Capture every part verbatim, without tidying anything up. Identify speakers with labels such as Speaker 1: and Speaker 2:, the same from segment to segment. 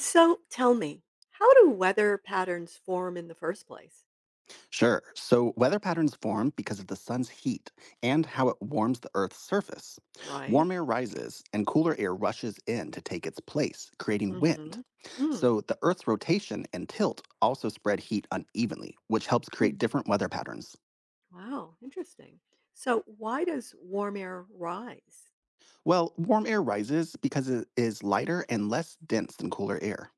Speaker 1: So tell me, how do weather patterns form in the first place?
Speaker 2: Sure. So weather patterns form because of the sun's heat and how it warms the Earth's surface.
Speaker 1: Right?
Speaker 2: Warm air rises and cooler air rushes in to take its place, creating wind.
Speaker 1: Mm-hmm. Mm.
Speaker 2: So the Earth's rotation and tilt also spread heat unevenly, which helps create
Speaker 1: Mm.
Speaker 2: different weather patterns.
Speaker 1: Wow, interesting. So why does warm air rise?
Speaker 2: Well, warm air rises because it is lighter and less dense than cooler air.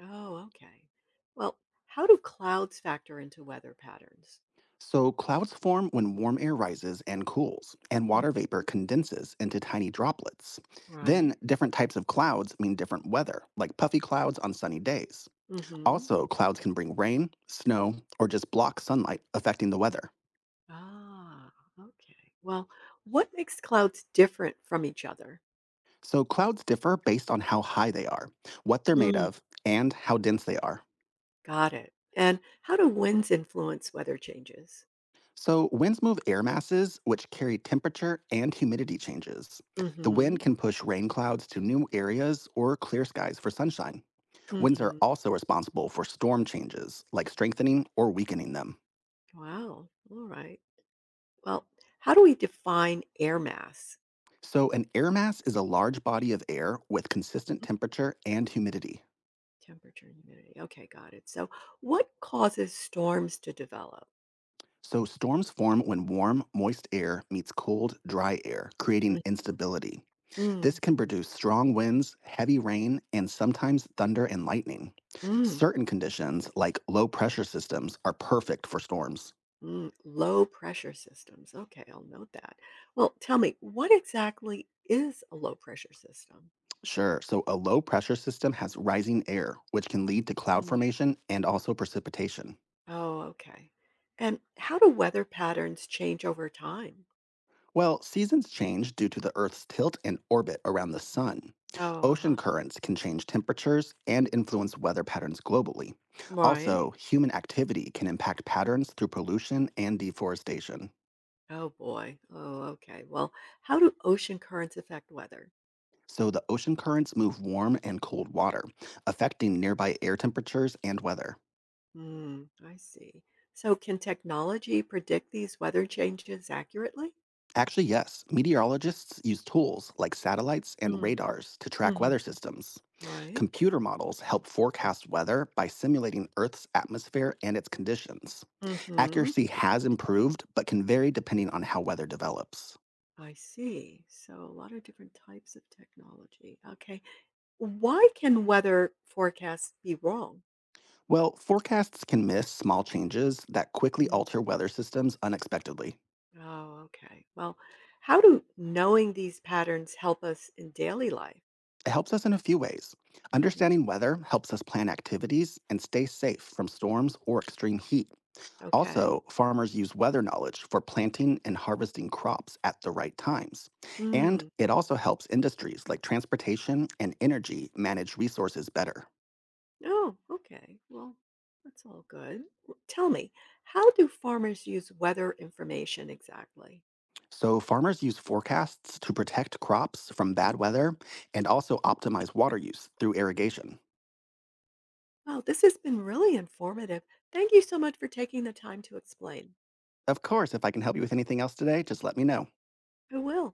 Speaker 1: Oh, okay. Well, how do clouds factor into weather patterns?
Speaker 2: So, clouds form when warm air rises and cools, and water
Speaker 1: Mhm.
Speaker 2: vapor condenses into tiny droplets. Then,
Speaker 1: Right?
Speaker 2: different types of clouds mean different weather, like puffy clouds on sunny days.
Speaker 1: Mm-hmm.
Speaker 2: Also, clouds can bring rain, snow, or just block sunlight, affecting the weather.
Speaker 1: Ah, okay. Well, what makes clouds different from each other?
Speaker 2: So, clouds differ based on how high they are, what they're made
Speaker 1: Mm,
Speaker 2: of, and how dense they are.
Speaker 1: got it. And how do winds influence weather changes?
Speaker 2: So, winds move air masses, which carry temperature and humidity changes. The
Speaker 1: Mm-hmm.
Speaker 2: wind can push rain clouds to new areas or clear skies for sunshine. Winds are
Speaker 1: Mm-hmm.
Speaker 2: also responsible for storm changes, like strengthening or weakening them.
Speaker 1: Wow. All right. Well, how do we define air mass?
Speaker 2: So, an air mass is a large body of air with consistent
Speaker 1: Mhm.
Speaker 2: temperature and humidity.
Speaker 1: Temperature and humidity. Okay, got it. So, what causes storms to develop?
Speaker 2: So, storms form when warm, moist air meets cold, dry air, creating
Speaker 1: Mm,
Speaker 2: instability. This
Speaker 1: mm,
Speaker 2: can produce strong winds, heavy rain, and sometimes thunder and lightning.
Speaker 1: mm,
Speaker 2: Certain conditions, like low pressure systems, are perfect for storms.
Speaker 1: mm. Low pressure systems. Okay, I'll note that. Well, tell me, what exactly is a low pressure system?
Speaker 2: Sure, so a low pressure system has rising air, which can lead to cloud
Speaker 1: Mm.
Speaker 2: formation and also precipitation.
Speaker 1: Oh, okay. And how do weather patterns change over time?
Speaker 2: Well, seasons change due to the Earth's tilt and orbit around the sun.
Speaker 1: Oh,
Speaker 2: Ocean
Speaker 1: uh-huh.
Speaker 2: currents can change temperatures and influence weather patterns globally.
Speaker 1: Right.
Speaker 2: Also, human activity can impact patterns through pollution and deforestation.
Speaker 1: Oh boy. Oh, okay. Well, how do ocean currents affect weather?
Speaker 2: So, the ocean currents move warm and cold water, affecting nearby air temperatures and weather.
Speaker 1: Hmm. I see. So can technology predict these weather changes accurately?
Speaker 2: Actually, yes, meteorologists use tools like satellites and
Speaker 1: Mm,
Speaker 2: radars to track
Speaker 1: hmm.
Speaker 2: weather systems.
Speaker 1: Right.
Speaker 2: Computer models help forecast weather by simulating Earth's atmosphere and its conditions.
Speaker 1: Hmm.
Speaker 2: Accuracy has improved, but can vary depending on how weather develops.
Speaker 1: I see. So a lot of different types of technology. Okay. Why can weather forecasts be wrong?
Speaker 2: Well, forecasts can miss small changes that quickly
Speaker 1: Mm.
Speaker 2: alter weather systems unexpectedly.
Speaker 1: Oh, okay. Well, how do knowing these patterns help us in daily life?
Speaker 2: It helps us in a few ways.
Speaker 1: Hmm.
Speaker 2: Understanding weather helps us plan activities and stay safe from storms or extreme heat.
Speaker 1: Okay.
Speaker 2: Also, farmers use weather knowledge for planting and harvesting crops at the right times. And
Speaker 1: Mm.
Speaker 2: it also helps industries like transportation and energy manage resources better.
Speaker 1: Oh, okay. Well, that's all good. W- Tell me, how do farmers use weather information exactly?
Speaker 2: So, farmers use forecasts to protect crops from bad weather and also optimize water use through irrigation.
Speaker 1: Wow, this has been really informative. Thank you so much for taking the time to explain.
Speaker 2: Of course, if I can help you with anything else today, just let me know.
Speaker 1: I will.